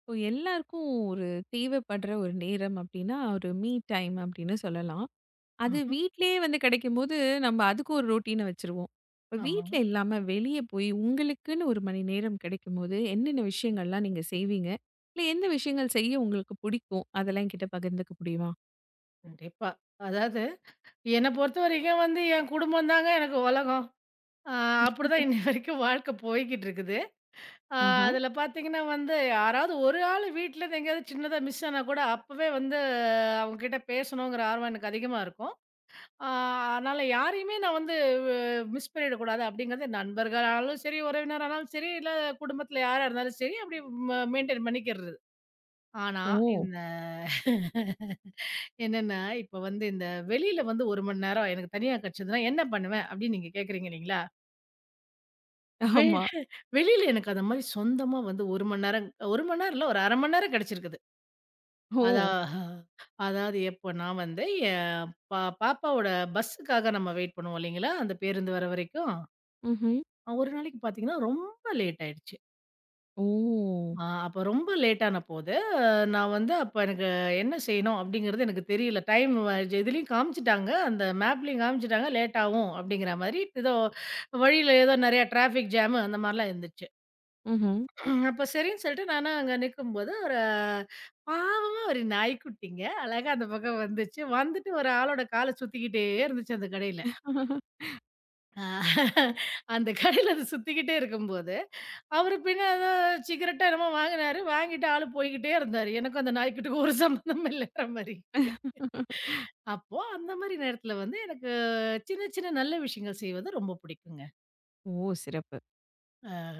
இப்போ எல்லாருக்கும் ஒரு தேவைப்படுற ஒரு நேரம் அப்படின்னா ஒரு மீ டைம் அப்படின்னு சொல்லலாம். அது ம்ஹ்ம். வீட்டிலேயே வந்து கிடைக்கும்போது நம்ம அதுக்கு ஒரு ரொட்டீனை வச்சுருவோம். இப்போ ஆமாங்க. வீட்ல இல்லாம வெளிய போய் உங்களுக்குன்னு 1 மணி நேரம் கிடைக்கும்போது என்னென்ன விஷயங்கள்லாம் நீங்க செய்வீங்க? இல்ல எந்த விஷயங்கள் செய்ய உங்களுக்கு பிடிக்கும்? அதெல்லாம் என்கிட்ட பகிர்ந்துக்க முடியுமா? கண்டிப்பா. அதாவது என்ன பொறுத்தவரைக்கும் வந்து என் குடும்பம் தாங்க எனக்கு உலகம். அ அப்படிதான் இன்னி வரைக்கும் வாழ்க்கை போய்க்கிட்டு இருக்குது. அ ஆஹா. அதில பார்த்தீங்கன்னா வந்து யாராவது ஒரு ஆள் வீட்லருந்து எங்கேயாவது சின்னதா மிஸ் ஆனா கூட அப்பவே வந்து அவங்ககிட்ட பேசணுங்கிற ஆர்வம் எனக்கு அதிகமா இருக்கும். அ அதனால யாரையுமே நான் வந்து மிஸ் பண்ணிடக்கூடாது அப்படிங்கிறது நண்பர்களானாலும் சரி, உறவினரானாலும் சரி, இல்ல குடும்பத்தில யாரா இருந்தாலும் சரி, அப்படி மெயின்டெயின் பண்ணிக்கிறது. ஆனா ஓ! இந்த என்னன்னா, இப்ப வந்து இந்த வெளியில வந்து 1 மணி நேரம் எனக்கு தனியா கெடச்சதுன்னா, என்ன பண்ணுவேன்? அப்டின்னு நீங்க கேட்கிறீங்க இல்லைங்களா? வெ ஆமா. வெளியில எனக்கு அந்த மாரி சொந்தமா வந்து 1 மணி நேரம் 1 மணி நேரம் இல்ல, ஒரு 1/2 மணி நேரம் கெடச்சிருக்குது. ஓ! அதா அதாவது எப்போ நான் வந்து என் பாப்பாவோட பஸ்ஸுக்காக நம்ம வெயிட் பண்ணுவோம் இல்லைங்களா? அந்த பேருந்து வர வரைக்கும். ம்ஹ்ம். ஒரு நாளைக்கு பாத்தீங்கன்னா, ரொம்ப லேட் ஆயிடுச்சு. ஓ! அப்ப ரொம்ப லேட்டான போது, நான் வந்து அப்ப எனக்கு என்ன செய்யணும் அப்படிங்கிறது எனக்கு தெரியல. டைம் வ இதுலயும் காமிச்சுட்டாங்க. அந்த மேப்லயும் காமிச்சுட்டாங்க. லேட் ஆகும் அப்படிங்கிற மாரி. ஏதோ வழியில ஏதோ நெறைய டிராஃபிக் ஜாமு அந்த மாரிலாம் இருந்துச்சு. ம்ஹ்ம். அப்ப சரின்னு சொல்லிட்டு நானும் அங்க நிக்கும்போது, பாவமா ஒரு நாய்க்குட்டிங்க. அழகா அந்த பக்கம் வந்துச்சு. வந்துட்டு ஒரு ஆளோட கால சுத்திக்கிட்டே இருந்துச்சு அந்த கடையில. அ அந்த கடையில அது சுத்திக்கிட்டே இருக்கும்போது அவரு பின்ன ஏதோ சிகரெட்டோ என்னமோ வாங்குனாரு. வாங்கிட்டு ஆளு போய்க்கிட்டே இருந்தாரு. எனக்கும் அந்த நாய்க்குட்டிக்கும் ஒரு சம்மந்தம் இல்லைங்கிற மாரி. அப்போ அந்த மாரி நேரத்துல வந்து எனக்கு சின்ன, சின்ன நல்ல விஷயங்கள் செய்வது ரொம்ப பிடிக்குங்க. ஓ! சிறப்பு. அ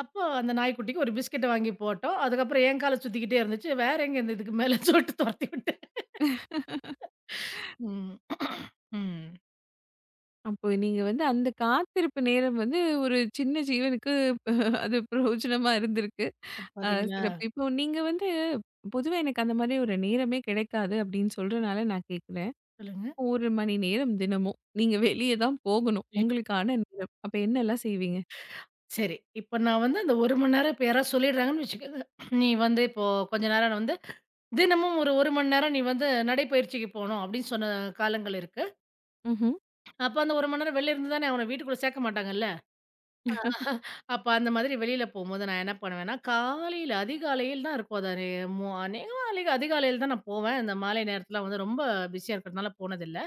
அப்போ அந்த நாய்க்குட்டிக்கு ஒரு பிஸ்கட்ட வாங்கி போட்டோம். அதுக்கப்புறம் என் கால சுத்திக்கிட்டே இருந்துச்சு. வேற எங்க இந்த இதுக்கு மேல சொல்லிட்டு தொரத்தி விட்டேன். ம். ம். அப்போ நீங்க வந்து அந்த காத்திருப்பு நேரம் வந்து ஒரு சின்ன ஜீவனுக்கு அது பிரயோஜனமா இருந்திருக்கு. அப்ப அ பாத்தீங்களா? சிறப்பு. இப்போ நீங்க வந்து பொதுவா எனக்கு அந்த மாதிரி ஒரு நேரமே கிடைக்காது அப்படின்னு சொல்றனால நான் கேட்கிறேன். சொல்லுங்க. 1 மணி நேரம் தினமும் நீங்க வெளிய தான் போகணும். ஐயோ! உங்களுக்கான நேரம். அப்ப என்னலாம் செய்வீங்க? சரி. இப்ப நான் வந்து அந்த 1 மணி நேரம் இப்ப யாராவது சொல்லிடுறாங்கன்னு வச்சுக்கோங்க. நீ வந்து இப்போ கொஞ்ச நேரம் வந்து தினமும் ஒரு 1 மணி நேரம் நீ வந்து நடைப்பயிற்சிக்கு போணும் அப்படின்னு சொன்ன காலங்கள் இருக்கு. ம்ஹ்ம். அப்ப அந்த 1 மணி நேரம் வெளில இருந்து தானே அவன வீட்டுக்குள்ள சேர்க்க மாட்டாங்கல்ல. அப்ப அந்த மாதிரி வெளியில போம்போது நான் என்ன பண்ணுவேன்னா, காலையில அதிகாலையில் தான் இருக்கும். அது அநேகமா அதிகாலையில தான் நான் போவேன். இந்த மாலை நேரத்துல வந்து ரொம்ப பிஸியா இருக்கிறதுனால போனதில்ல.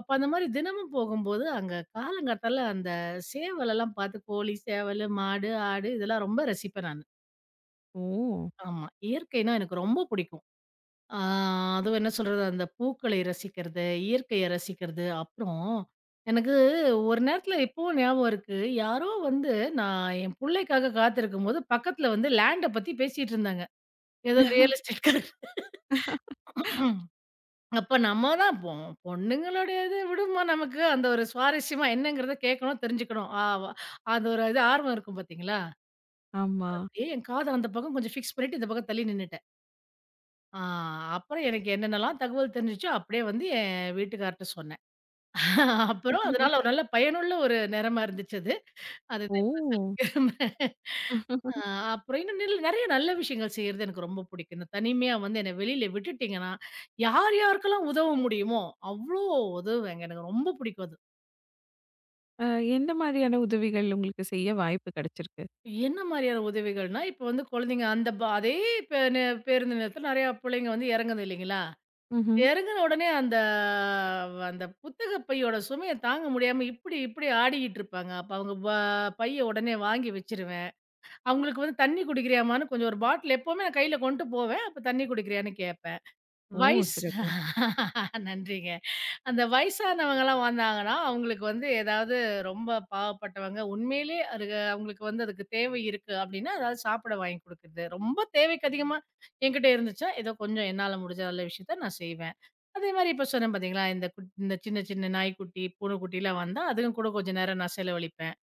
அப்ப அந்த மாதிரி தினமும் போகும்போது அங்க காலங்காத்தால அந்த சேவலெல்லாம் பார்த்து கோழி, சேவலு, மாடு, ஆடு இதெல்லாம் ரொம்ப ரசிப்பேன் நானு. ஓ! ஆமா. இயற்கைன்னா எனக்கு ரொம்ப பிடிக்கும். ஆ அதுவும் என்ன சொல்றது, அந்த பூக்களை ரசிக்கிறது, இயற்கைய ரசிக்கிறது. அப்புறம் எனக்கு ஒரு நேரத்தில இப்பவும் ஞாபகம் இருக்கு. யாரோ வந்து நான் என் புள்ளைக்காக காத்திருக்கும்போது, பக்கத்தில வந்து லேண்ட பத்தி பேசிட்டு இருந்தாங்க. ஏதோ ரியல் எஸ்டேட்காரர். அப்ப நம்ம தான் பொண்ணுங்களுடையது விடும்மா நமக்கு அந்த ஒரு சுவாரஸ்யமா என்னங்கிறத கேட்கணும், தெரிஞ்சுக்கணும். அது ஒரு இது ஆர்வம் இருக்கும் பார்த்தீங்களா? ஆமா. அப்படியே என் காது அந்த பக்கம் கொஞ்சம் ஃபிக்ஸ் பண்ணிட்டு, இந்த பக்கம் தள்ளி நின்னுட்டேன். ஆ அப்புறம் எனக்கு என்னென்னலாம் தகவல் தெரிஞ்சுச்சோ, அப்படியே வந்து என் வீட்டுக்கார்ட்ட சொன்னேன். அப்புறம் அதனால ஒரு நல்ல பயனுள்ள ஒரு நேரமா இருந்துச்சு அது. அது ஓ! திரும்ப சொல்லிக்கிறேன். ஆ அப்புறம் இன்னும் நெறைய நல்ல விஷயங்கள் செய்றது எனக்கு ரொம்ப பிடிக்கும். இந்த தனிமையா வந்து என்ன வெளியில விட்டுட்டீங்கன்னா, யார் யாருக்கெல்லாம் உதவ முடியுமோ, அவ்ளோ உதவுவேங்க. எனக்கு ரொம்ப பிடிக்கும் அது. அ எந்த மாதிரியான உதவிகள் உங்களுக்கு செய்ய வாய்ப்பு கிடைச்சிருக்கு? என்ன மாரியான உதவிகள்னா, இப்போ வந்து குழந்தைங்க அந்த ப அதே பே நே பேருந்து நிலையத்துல நெறையா புள்ளைங்க வந்து இறங்குது இல்லைங்களா? ம்ஹ்ம். இறங்குன உடனே அந்த அந்த புத்தக பையோட சுமைய தாங்க முடியாம இப்படி இப்படி ஆடிக்கிட்டு இருப்பாங்க. அப்ப அவங்க பைய உடனே வாங்கி வச்சுருவேன். அவங்களுக்கு வந்து தண்ணி குடிக்கிறியாம்மான்னு கொஞ்சம் ஒரு பாட்டில் எப்பவுமே நான் கையில கொண்டு போவேன். அப்ப தண்ணி குடிக்கிறியான்னு கேட்பேன். ஓ! வயசு சிறப்பு. நன்றிங்க. அந்த வயசானவங்கலாம் வந்தாங்கன்னா, அவங்களுக்கு வந்து ஏதாவது ரொம்ப பாவப்பட்டவங்க, உண்மையிலே அது அவங்களுக்கு வந்து அதுக்கு தேவை இருக்கு அப்படின்னா, அதாவது சாப்பிட வாங்கி குடுக்குறது. ரொம்ப தேவைக்கு அதிகமா என்கிட்ட இருந்துச்சா, ஏதோ கொஞ்சம் என்னால முடிஞ்ச நல்ல விஷயத்த நான் செய்வேன். அதே மாரி இப்ப சொன்னேன் பார்த்தீங்களா, இந்த இந்த சின்ன சின்ன நாய்க்குட்டி, பூனைக்குட்டிலாம் வந்தா அதுங்க கூட கொஞ்சம் நேரம் நான் செலவழிப்பேன்.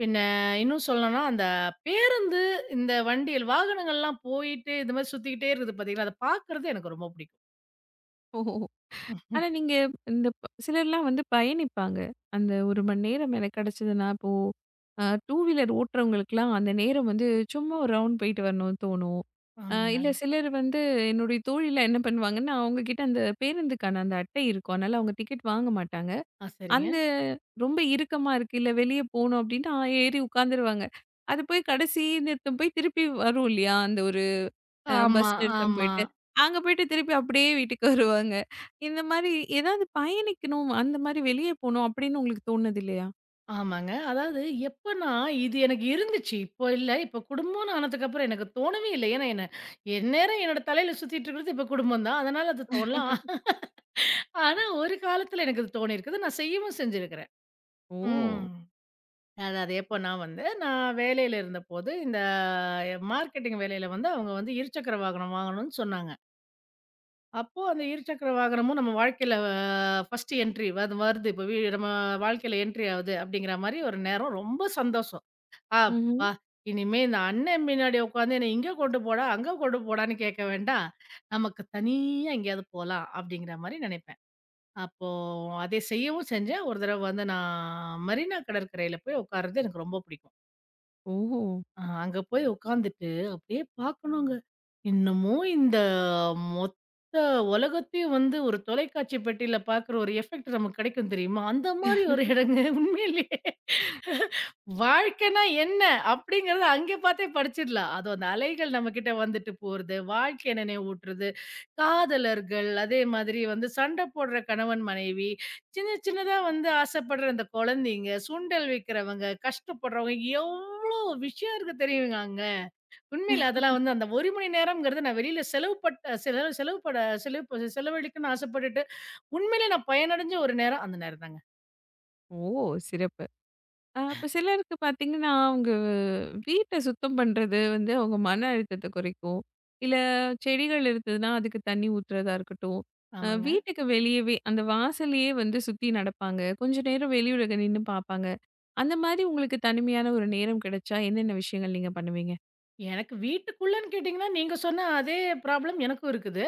பின்ன இன்னும் சொல்லணும்னா, அந்த பேருந்து, இந்த வண்டிகள் வாகனங்கள்லாம் போயிட்டு இது மாரி சுத்திக்கிட்டே இருக்குது பார்த்தீங்களா, அத பார்க்கறது எனக்கு ரொம்ப பிடிக்கும். ஓ! ஆனா நீங்க இந்த சிலர்லாம் வந்து பயணிப்பாங்க. அந்த 1 மணி நேரம் எனக்கு கிடைச்சதுன்னா, இப்போ டூ வீலர் ஓட்டுறவங்களுக்குலாம் அந்த நேரம் வந்து சும்மா ஒரு ரவுண்ட் போயிட்டு வரணும்னு தோணும். இல்ல ஆமாங்க. சிலர் வந்து என்னுடைய தோழிலாம் என்ன பண்ணுவாங்கன்னா, அவங்க கிட்ட அந்த பேருந்துக்கான அந்த அட்டை இருக்கும். அதனால அவங்க டிக்கெட் வாங்க மாட்டாங்க. சரிங்க. அந்த ரொம்ப இறுக்கமா இருக்கு, இல்ல வெளிய போணும் அப்டின்னா ஏறி உட்காந்துருவாங்க. அது போய் கடைசி நிறுத்தம் போய் திருப்பி வரும் இல்லையா? அந்த ஒரு பஸ் ஆமா, நிறுத்தம் ஆமா, போயிட்டு, அங்க போயிட்டு திருப்பி அப்படியே வீட்டுக்கு வருவாங்க. இந்த மாரி ஏதாவது பயணிக்கணும், அந்த மாரி வெளிய போணும் அப்படின்னு உங்களுக்கு தோணுது இல்லையா? ஆமாங்க. அதாவது எப்பன்னா இது எனக்கு இருந்துச்சு. இப்போ இல்ல. இப்போ குடும்பம்ன்னு ஆனதுக்கப்புறம் எனக்கு தோணவே இல்ல. ஏன்னா என்ன எந்நேரம் என்னோட தலையில சுத்திட்டு இருக்கிறது இப்போ குடும்பம் தான். அதனால அது தோணலாம். ஆனா ஒரு காலத்துல எனக்கு அது தோணியிருக்குது. நான் செய்யவும் செஞ்சிருக்கிறேன். ம். ஓ! அதாவது எப்போனா வந்து, நான் வேலையில இருந்தபோது, இந்த மார்க்கெட்டிங் வேலையில வந்து அவங்க வந்து இருசக்கர வாகனம் வாங்கணும்னு சொன்னாங்க. அப்போ அந்த இருசக்கர வாகனமும் நம்ம வாழ்க்கையில ஃபர்ஸ்ட் என்ட்ரி அது வருது. இப்போ நம்ம வாழ்க்கையில என்ட்ரி ஆகுது அப்படிங்கிற மாரி ஒரு நேரம் ரொம்ப சந்தோஷம். ம்ஹ்ம். "அப்பா! இனிமே இந்த அண்ணன் பின்னாடி உட்காந்து என்ன இங்க கொண்டு போடா, அங்க கொண்டு போடான்னு கேட்க வேண்டாம். நமக்கு தனியா எங்கேயாவது போலாம்." அப்படிங்கிற மாரி நினைப்பேன். அப்போ அதை செய்யவும் செஞ்சேன். ஒரு தடவ வந்து நான் மரீனா கடற்கரையில போய் உட்கார்றது எனக்கு ரொம்ப பிடிக்கும். ஓஹோ! அங்க போய் உட்காந்துட்டு அப்படியே பார்க்கணுங்க. இன்னமும் இந்த மொத்த உலகத்தையும் வந்து ஒரு தொலைக்காட்சி பெட்டியில பார்க்குற ஒரு எஃபெக்ட் நமக்கு கிடைக்கும் தெரியுமா? அந்த மாரி ஒரு இடங்க உண்மையிலேயே. வாழ்க்கைன்னா என்ன? அப்படிங்கிறத அங்கே பார்த்தே படிச்சிடலாம். அதுவும் அந்த அலைகள் நம்மகிட்ட வந்துட்டு போறது, வாழ்க்கைய நினைவூட்டுறது, காதலர்கள், அதே மாதிரி வந்து சண்டை போடுற கணவன், மனைவி, சின்ன சின்னதா வந்து ஆசைப்படுற அந்த குழந்தைங்க, சுண்டல் விக்கிறவங்க, கஷ்டப்படுறவங்க விஷயம் இருக்கு தெரியுமாங்க. உண்மையில அதெல்லாம் வந்து அந்த 1 மணி நேரம்ங்கிறது நான் வெளியில செலவு பட்ட செலவு செலவுப்பட செலவு செலவழிக்கணும்னு ஆசைப்பட்டுட்டு, உண்மையிலே நான் பயனடைஞ்ச ஒரு நேரம் அந்த நேரம் தாங்க. ஓ! சிறப்பு. இப்ப சிலருக்கு பார்த்தீங்கன்னா, அவங்க வீட்ட சுத்தம் பண்றது வந்து அவங்க மன அழுத்தத்த குறைக்கும். இல்ல செடிகள் இருந்ததுன்னா, அதுக்கு தண்ணி ஊத்துறதா இருக்கட்டும். ஆமாங்க. வீட்டுக்கு வெளியவே அந்த வாசல்லயே வந்து சுத்தி நடப்பாங்க. கொஞ்ச நேரம் வெளியுலக நின்னு பார்ப்பாங்க. அந்த மாரி உங்களுக்கு தனிமையான ஒரு நேரம் கிடைச்சா, என்னென்ன விஷயங்கள் நீங்க பண்ணுவீங்க? எனக்கு வீட்டுக்குள்ளன்னு கேட்டீங்கன்னா, நீங்க சொன்ன அதே ப்ராப்ளம் எனக்கும் இருக்குது.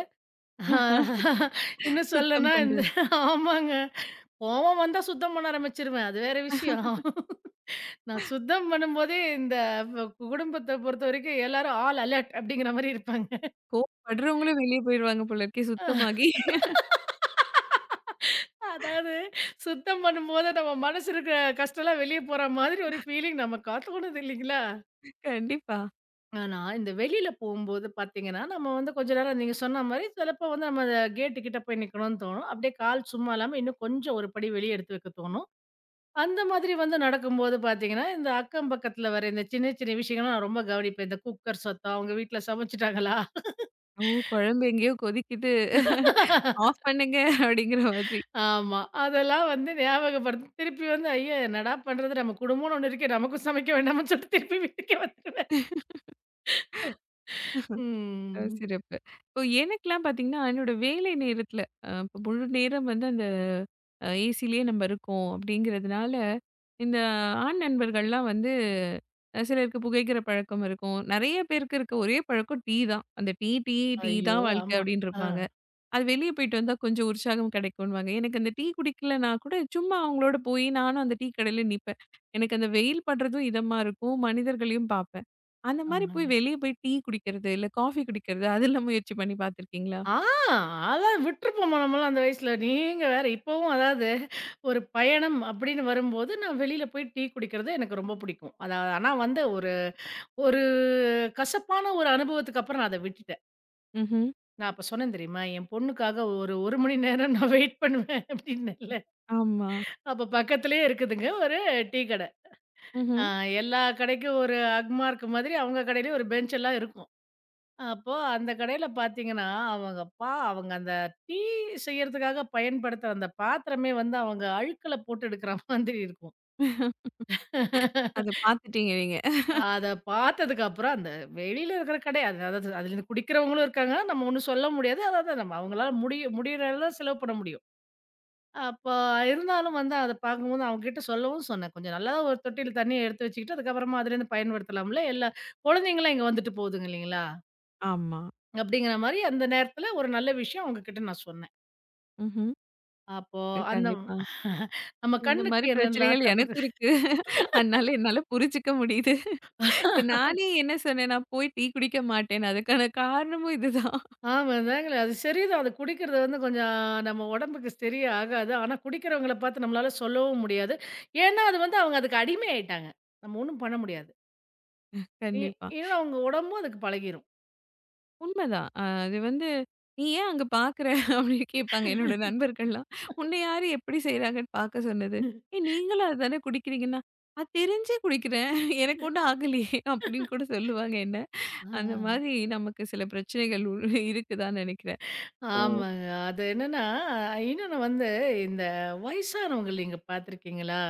ஆஹா, ஆஹ் இன்னும் சுத்தம் சொல்லனா இந்த பண்றது. ஆமாங்க. கோவம் வந்தா சுத்தம் பண்ண ஆரம்பிச்சுருவேன். அது வேற விஷயம். நான் சுத்தம் பண்ணும்போதே இந்த வ குடும்பத்த பொறுத்தவரைக்கும் எல்லாரும் ஆல் அலர்ட் அப்படிங்கிற மாரி இருப்பாங்க. கோவப்படுறவங்களும் வெளிய போயிருவாங்க போல இருக்கே சுத்தமாகி. அதாவது சுத்தம் பண்ணும்போது நம்ம மனசு இருக்கிற கஷ்டம்லாம் வெளிய போற மாதிரி ஒரு ஃபீலிங் நமக்கா தோணுது இல்லைங்களா? கண்டிப்பா. ஆனா, இந்த வெளியில போம்போது பார்த்தீங்கன்னா, நம்ம வந்து கொஞ்ச நேரம் நீங்க சொன்ன மாரி சிலப்போ வந்து நம்ம கேட்டு கிட்ட போய் நிக்கணும்னு தோணும். அப்படியே கால் சும்மா இல்லாம இன்னும் கொஞ்சம் ஒரு படி வெளிய எடுத்து வைக்க தோணும். அந்த மாதிரி வந்து நடக்கும்போது பார்த்தீங்கன்னா, இந்த அக்கம் பக்கத்துல வர இந்த சின்ன சின்ன விஷயங்கள்லாம் நான் ரொம்ப கவனிப்பேன். இந்த குக்கர் சத்தம், அவங்க வீட்ல சமைச்சுட்டாங்களா? ஓ! குழம்பு எங்கேயோ கொதிக்குது. ஆஃப் பண்ணுங்க அப்படிங்கிற மாதிரி. ஆமா. அதெல்லாம் வந்து ஞாபகப்படுத்தி திருப்பி வந்து, ஐயோ! என்னடா பண்றது? நம்ம குடும்பம்ன்னு ஒண்ணு இருக்கே. நமக்கும் சமைக்க வேண்டாமான்னு சொல்லிட்டு திருப்பி வீட்டுக்கே வந்துருவேன். ம். சிறப்பு. இப்போ எனக்கெல்லாம் பார்த்தீங்கன்னா, என்னோட வேலை நேரத்தில இப்போ முழு நேரம் வந்து அந்த ஏசிலேயே நம்ம இருக்கோம் அப்படிங்கிறதுனால, இந்த ஆண் நண்பர்கள்லாம் வந்து சிலருக்கு புகைக்கிற பழக்கம் இருக்கும். நெறைய பேருக்கு இருக்க ஒரே பழக்கம் டீ தான். அந்த டீ ஐயோ! தான் வாழ்க்கை ஆமா. அப்படின்னு ஆ, இருப்பாங்க. அது வெளிய போயிட்டு வந்தா கொஞ்சம் உற்சாகம் கிடைக்கும்னுவாங்க. எனக்கு அந்த டீ குடிக்கலனா கூட, சும்மா அவங்களோட போய் நானும் அந்த டீ கடையில நிப்பேன். எனக்கு அந்த வெயில் படுறதும் இதமா இருக்கும். மனிதர்களையும் பார்ப்பேன். அந்த மாரி போய் ஆமாங்க. வெளிய போய் டீ குடிக்கிறது, இல்ல காஃபி குடிக்கிறது, அதெல்லாம் முயற்சி பண்ணி பார்த்துருக்கீங்களா? ஆ அதெல்லாம் விட்டுருப்போமா நம்மலாம் அந்த வயசுல. நீங்க வேற. இப்பவும் அதாவது ஒரு பயணம் அப்படின்னு வரும்போது, நான் வெளியில போய் டீ குடிக்கிறது எனக்கு ரொம்ப பிடிக்கும். அதாவது ஆனா வந்து ஒரு ஒரு கசப்பான ஒரு அனுபவத்துக்கு அப்புறம் நான் அத விட்டுட்டேன். ம்ஹ்ம். நான் அப்ப சொன்னேன் தெரியுமா? என் பொண்ணுக்காக ஒரு 1 மணி நேரம் நான் வெயிட் பண்ணுவேன் அப்படின்னு. ஆமா. அப்ப பக்கத்திலேயே இருக்குதுங்க ஒரு டீ கடை. அ ம்ஹ்ம். எல்லா கடைக்கும் ஒரு அக்மார்க் மாதிரி அவங்க கடையிலயும் ஒரு பெஞ்ச் எல்லாம் இருக்கும். அப்போ அந்த கடையில பார்த்தீங்கன்னா, அவங்க அவங்க அந்த டீ செய்யறதுக்காக பயன்படுத்துற அந்த பாத்திரமே வந்து அவங்க அழுக்குல போட்டு எடுக்கிற மாதிரி இருக்கும். அத பார்த்துட்டீங்க நீங்க. அத பார்த்ததுக்கு அப்புறம் அந்த வெளியில இருக்கிற கடை அது அதாவது அதிலிருந்து குடிக்கிறவங்களும் இருக்காங்க. நம்ம ஒண்ணும் சொல்ல முடியாது. அதாவது நம்ம அவங்களால முடியற அளவு செலவு பண்ண முடியும். அப்ப இருந்தாலும் வந்து அத பார்க்கும்போது அவங்ககிட்ட சொல்லவும் சொன்னேன். "கொஞ்சம் நல்லா ஒரு தொட்டியில தண்ணிய எடுத்து வச்சுக்கிட்டு, அதுக்கப்புறமா அதுலேருந்து பயன்படுத்தலாம்ல. எல்லா குழந்தைங்கலாம் இங்க வந்துட்டு போதுங்க இல்லைங்களா?" ஆமா. அப்படிங்கிற மாரி அந்த நேரத்தில ஒரு நல்ல விஷயம் அவங்ககிட்ட நான் சொன்னேன். ம்ஹ்ம். அப்போ அந்த கண்டிப்பா. நம்ம இந்த கண்ணுக்கு மாரி பிரச்சனைகள் என்னலாம் தப்புது எனக்கும் இருக்கு. அதனால என்னால புரிஞ்சுக்க முடியுது. இப்ப நானே என்ன சொன்னேன், நான் போய் டீ குடிக்க மாட்டேன்னு. அதுக்கான காரணமும் இதுதான். ஆமாதாங்களே. அது சரிதான். அது குடிக்கிறது வந்து கொஞ்சம் நம்ம உடம்புக்கு சரியா ஆகாது. ஆனா குடிக்கிறவங்கள பார்த்து நம்மளால சொல்லவும் முடியாது. ஏன்னா அது வந்து அவங்க அதுக்கு அடிமை ஆயிட்டாங்க. நம்ம ஒண்ணும் பண்ண முடியாது. இ கண்டிப்பா. ஏன்னா அவங்க உடம்பும் அதுக்கு பழகிரும். உண்மைதான். அது வந்து "நீ ஏன் அங்க பார்க்குற?" அப்படின்னு கேட்பாங்க என்னோட நண்பர்கள்லாம். "உன்ன யாரு எப்படி செய்றாங்கன்னு பார்க்க சொன்னது? ஏய் நீங்களும் அதுதானே குடிக்கிறீங்கன்னா?" "அது தெரிஞ்சே குடிக்கிறேன். எனக்கு ஒண்ணும் ஆகலையே!" அப்படின்னு கூட சொல்லுவாங்க என்ன. அந்த ஆ. மாதிரி நமக்கு சில பிரச்சனைகள் இருக்குதான்னு நினைக்கிறேன். ஓ! ஆமாங்க. அது என்னன்னா, இன்னொன்னு வந்து இந்த வயசானவங்க நீங்க பார்த்துருக்கீங்களா?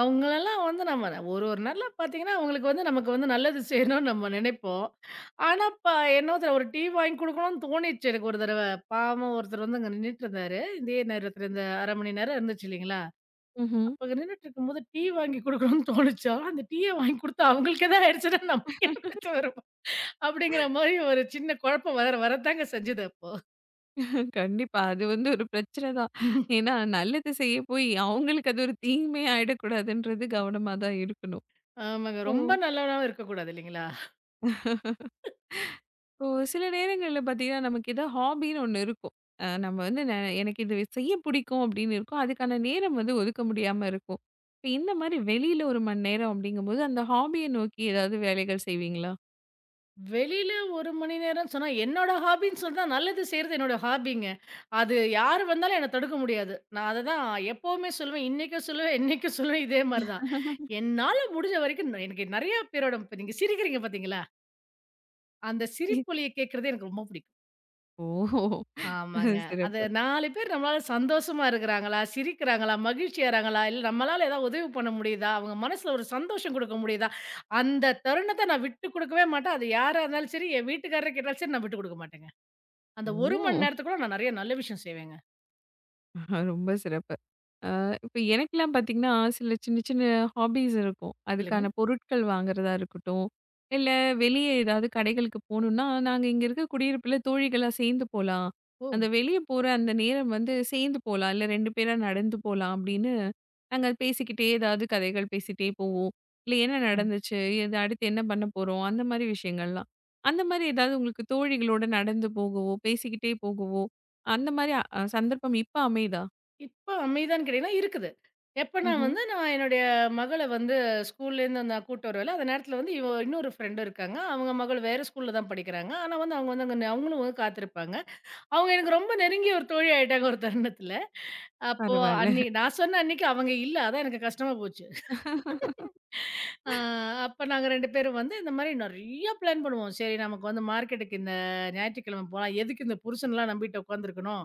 அவங்களலாம் வந்து நம்ம ஒரு ஒரு நாள்ல பார்த்தீங்கன்னா, அவங்களுக்கு வந்து நமக்கு வந்து நல்லது செய்யணும்னு நம்ம நினைப்போம். ஆனா, என்னோத ஒரு டீ வாங்கி குடுக்கணும்னு தோணிச்சு எனக்கு ஒரு தடவ. பாவம் ஒருத்தர் வந்து அங்க நின்னுட்டுருந்தாரு. இதே நேரத்தில இந்த 1/2 மணி நேரம் இருந்துச்சு இல்லைங்களா? ம்ஹ்ம். அப்ப அங்க நின்னுட்டுருக்கும்போது டீ வாங்கி குடுக்கணும்னு தோணுச்சா, அந்த டீய வாங்கி குடுத்தா அவங்களுக்கு ஏதாவது ஆயிடுச்சுன்னா நமக்கு என்ன பிரச்சனை வரும்? அப்படிங்கிற மாரி ஒரு சின்ன குழப்பம் வரத்தாங்க செஞ்சது அப்போ. கண்டிப்பா. அது வந்து ஒரு பிரச்சனை தான். ஏன்னா நல்லது செய்ய போய் அவங்களுக்கு அது ஒரு தீமை ஆயிடக்கூடாதுன்றது கவனமா தான் இருக்கணும். ஆமாங்க. ஓ! ரொம்ப நல்லவனாவும் இருக்கக்கூடாது இல்லைங்களா? இப்போ சில நேரங்கள்ல பார்த்தீங்கன்னா, நமக்கு ஏதாவது ஹாபின்னு ஒண்ணு இருக்கும். அ நம்ம வந்து ந எனக்கு இது செய்ய பிடிக்கும் அப்படின்னு இருக்கும். அதுக்கான நேரம் வந்து ஒதுக்க முடியாம இருக்கும். இப்ப இந்த மாரி வெளியில 1 மணி நேரம் அப்படிங்கும்போது, அந்த ஹாபிய நோக்கி ஏதாவது வேலைகள் செய்வீங்களா? வெளியில 1 மணி நேரம் சொன்னா என்னோட ஹாபின்னு சொன்னா நல்லது செய்றது என்னோட ஹாபிங்க. அது யாரு வந்தாலும் என்ன தடுக்க முடியாது. நான் அததான் எப்பவுமே சொல்லுவேன். இன்னைக்கும் சொல்லுவேன், என்னைக்கும் சொல்லுவேன் இதே மாரி தான். என்னால முடிஞ்ச வரைக்கும் நான் எனக்கு நெறைய பேரோட இப்ப நீங்க சிரிக்கிறீங்க பார்த்தீங்களா? அந்த சிரிப்பொலிய கேட்கறது எனக்கு ரொம்ப பிடிக்கும். ம். ஓ! ஆமாங்க. அது சிறப்பு. 4 பேர் நம்மளால சந்தோஷமா இருக்கிறாங்களா? சிரிக்கிறாங்களா? மகிழ்ச்சியறாங்களா? இல்ல நம்மளால ஏதாவது உதவி பண்ண முடியுதா? அவங்க மனசுல ஒரு சந்தோஷம் குடுக்க முடியுதா? அந்த தருணத்த நான் விட்டு குடுக்கவே மாட்டேன். அது யாரா இருந்தாலும் சரி, என் வீட்டுக்காரரே கேட்டாலும் சரி, நான் விட்டு குடுக்க மாட்டேங்க. அந்த 1 மணி ஓ! நேரத்துக்குள்ள நான் நெறைய நல்ல விஷயம் செய்வேங்க. ஆஹா, ரொம்ப சிறப்பு. அ இப்ப எனக்கெல்லாம் பார்த்தீங்கன்னா, சில சின்ன சின்ன ஹாபீஸ் இருக்கும். சொல்லுங்க. அதுக்கான பொருட்கள் வாங்குறதா இருக்கட்டும், இல்ல வெளியே ஏதாவது கடைகளுக்கு போணும்னா, நாங்க இங்க இருக்க குடியிருப்புல தோழிகளா சேர்ந்து போலாம். ஓ! அந்த வெளிய போற அந்த நேரம் வந்து சேர்ந்து போலாம். இல்ல 2 பேரா நடந்து போலாம் அப்படின்னு, நாங்க பேசிக்கிட்டே ஏதாவது கதைகள் பேசிட்டே போவோம். இல்ல என்ன ம். நடந்துச்சு? இது அடுத்து என்ன பண்ண போறோம்? அந்த மாரி விஷயங்கள்லாம். அந்த மாரி ஏதாவது உங்களுக்கு தோழிகளோட நடந்து போகவோ, பேசிக்கிட்டே போகவோ அந்த மாரி அ அ, சந்தர்ப்பம் இப்ப அமையுதா? இப்ப அமைதான்னு கேட்டீங்கன்னா, இருக்குது. எப்ப நான் ம்ஹ்ம். வந்து நான் என்னுடைய மகள வந்து ஸ்கூல்லேருந்து நான் கூட்டு வருவேன்ல, அந்த நேரத்துல வந்து இவ இன்னொரு ஃப்ரெண்டு இருக்காங்க. அவங்க மகள் வேற ஸ்கூல்ல தான் படிக்கிறாங்க. ஆனா வந்து அவங்க வந்து அங்க அவங்களும் வந்து காத்திருப்பாங்க. அவங்க எனக்கு ரொம்ப நெருங்கிய ஒரு தோழி ஆயிட்டாங்க ஒரு தருணத்துல. அப்போ பரவால்ல. அன்னைக்கு நான் சொன்ன அன்னைக்கு அவங்க இல்ல. அதான் எனக்கு கஷ்டமா போச்சு. ஆ அப்ப நாங்க 2 பேரும் வந்து இந்த மாரி நெறைய பிளான் பண்ணுவோம். சரி நமக்கு வந்து மார்க்கெட்டுக்கு இந்த ஞாயிற்றுக்கிழமை போலாம். எதுக்கு இந்த புருஷன்லாம் நம்பிட்டு உட்காந்துருக்கணும்.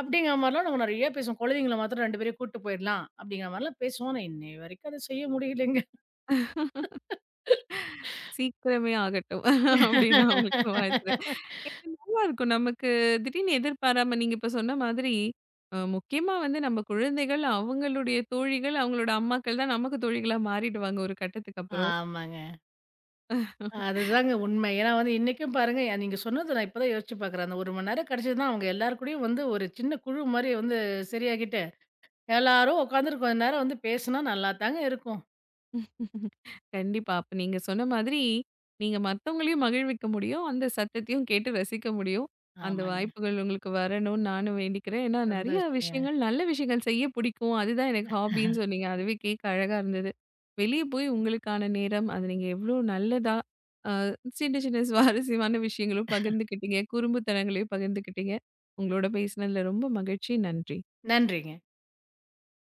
அப்படிங்கிற மாரிலாம் நாங்க நெறைய பேசுவோம். குழந்தைங்கள மாத்திரம் 2 பேரையும் கூட்டு போயிடலாம். அப்படிங்கிற மாரிலாம் பேசுவோம். ஆனா இன்னைய வரைக்கும் அத செய்ய முடியலைங்க. சீக்கிரமே ஆகட்டும். அப்படின்னு நான் உங்களுக்கு வாழ்த்துறேன். ஏன்னா நல்லா இருக்கும். நமக்கு திடீர்னு எதிர்பாராம நீங்க இப்ப சொன்ன மாதிரி, முக்கியமா வந்து நம்ம குழந்தைகள், அவங்களுடைய தோழிகள், அவங்களோட அம்மாக்கள் தான் நமக்கு தோழிகளா மாறிடுவாங்க ஒரு கட்டத்துக்கு அப்புறம். ஆமாங்க. அதுதாங்க உண்மை. ஏன்னா வந்து இன்னைக்கும் பாருங்க, நீங்க சொன்னது நான் இப்ப தான் யோசிச்சு பார்க்குறேன். அந்த 1 மணி நேரம் கிடைச்சதுன்னா, அவங்க எல்லார் கூடயும் வந்து ஒரு சின்ன குழு மாரி வந்து சரியாகிட்டு, எல்லாரும் உட்காந்துட்டு கொஞ்ச நேரம் வந்து பேசுனா நல்லா தாங்க இருக்கும். கண்டிப்பா. அப்ப நீங்க சொன்ன மாதிரி, நீங்க மத்தவங்களையும் மகிழ்விக்க முடியும். அந்த சத்தத்தையும் கேட்டு ரசிக்க முடியும். அந்த ஆமாங்க. வாய்ப்புகள் உங்களுக்கு வரணும்னு நானும் வேண்டிக்கிறேன். ஏன்னா நெறைய சந்தோஷங்க. விஷயங்கள், நல்ல விஷயங்கள் செய்ய பிடிக்கும். அதுதான் எனக்கு ஹாபின்னு சொன்னீங்க. அதுவே கேட்க அழகா இருந்தது. வெளிய போய் உங்களுக்கான நேரம், அது நீங்க எவ்ளோ நல்லதா அ சின்ன சின்ன சுவாரஸ்யமான விஷயங்களும் பகிர்ந்துக்கிட்டீங்க. குறும்புத்தனங்களையும் பகிர்ந்துக்கிட்டீங்க. உங்களோட பேசினதுல ரொம்ப மகிழ்ச்சி. நன்றி. நன்றிங்க.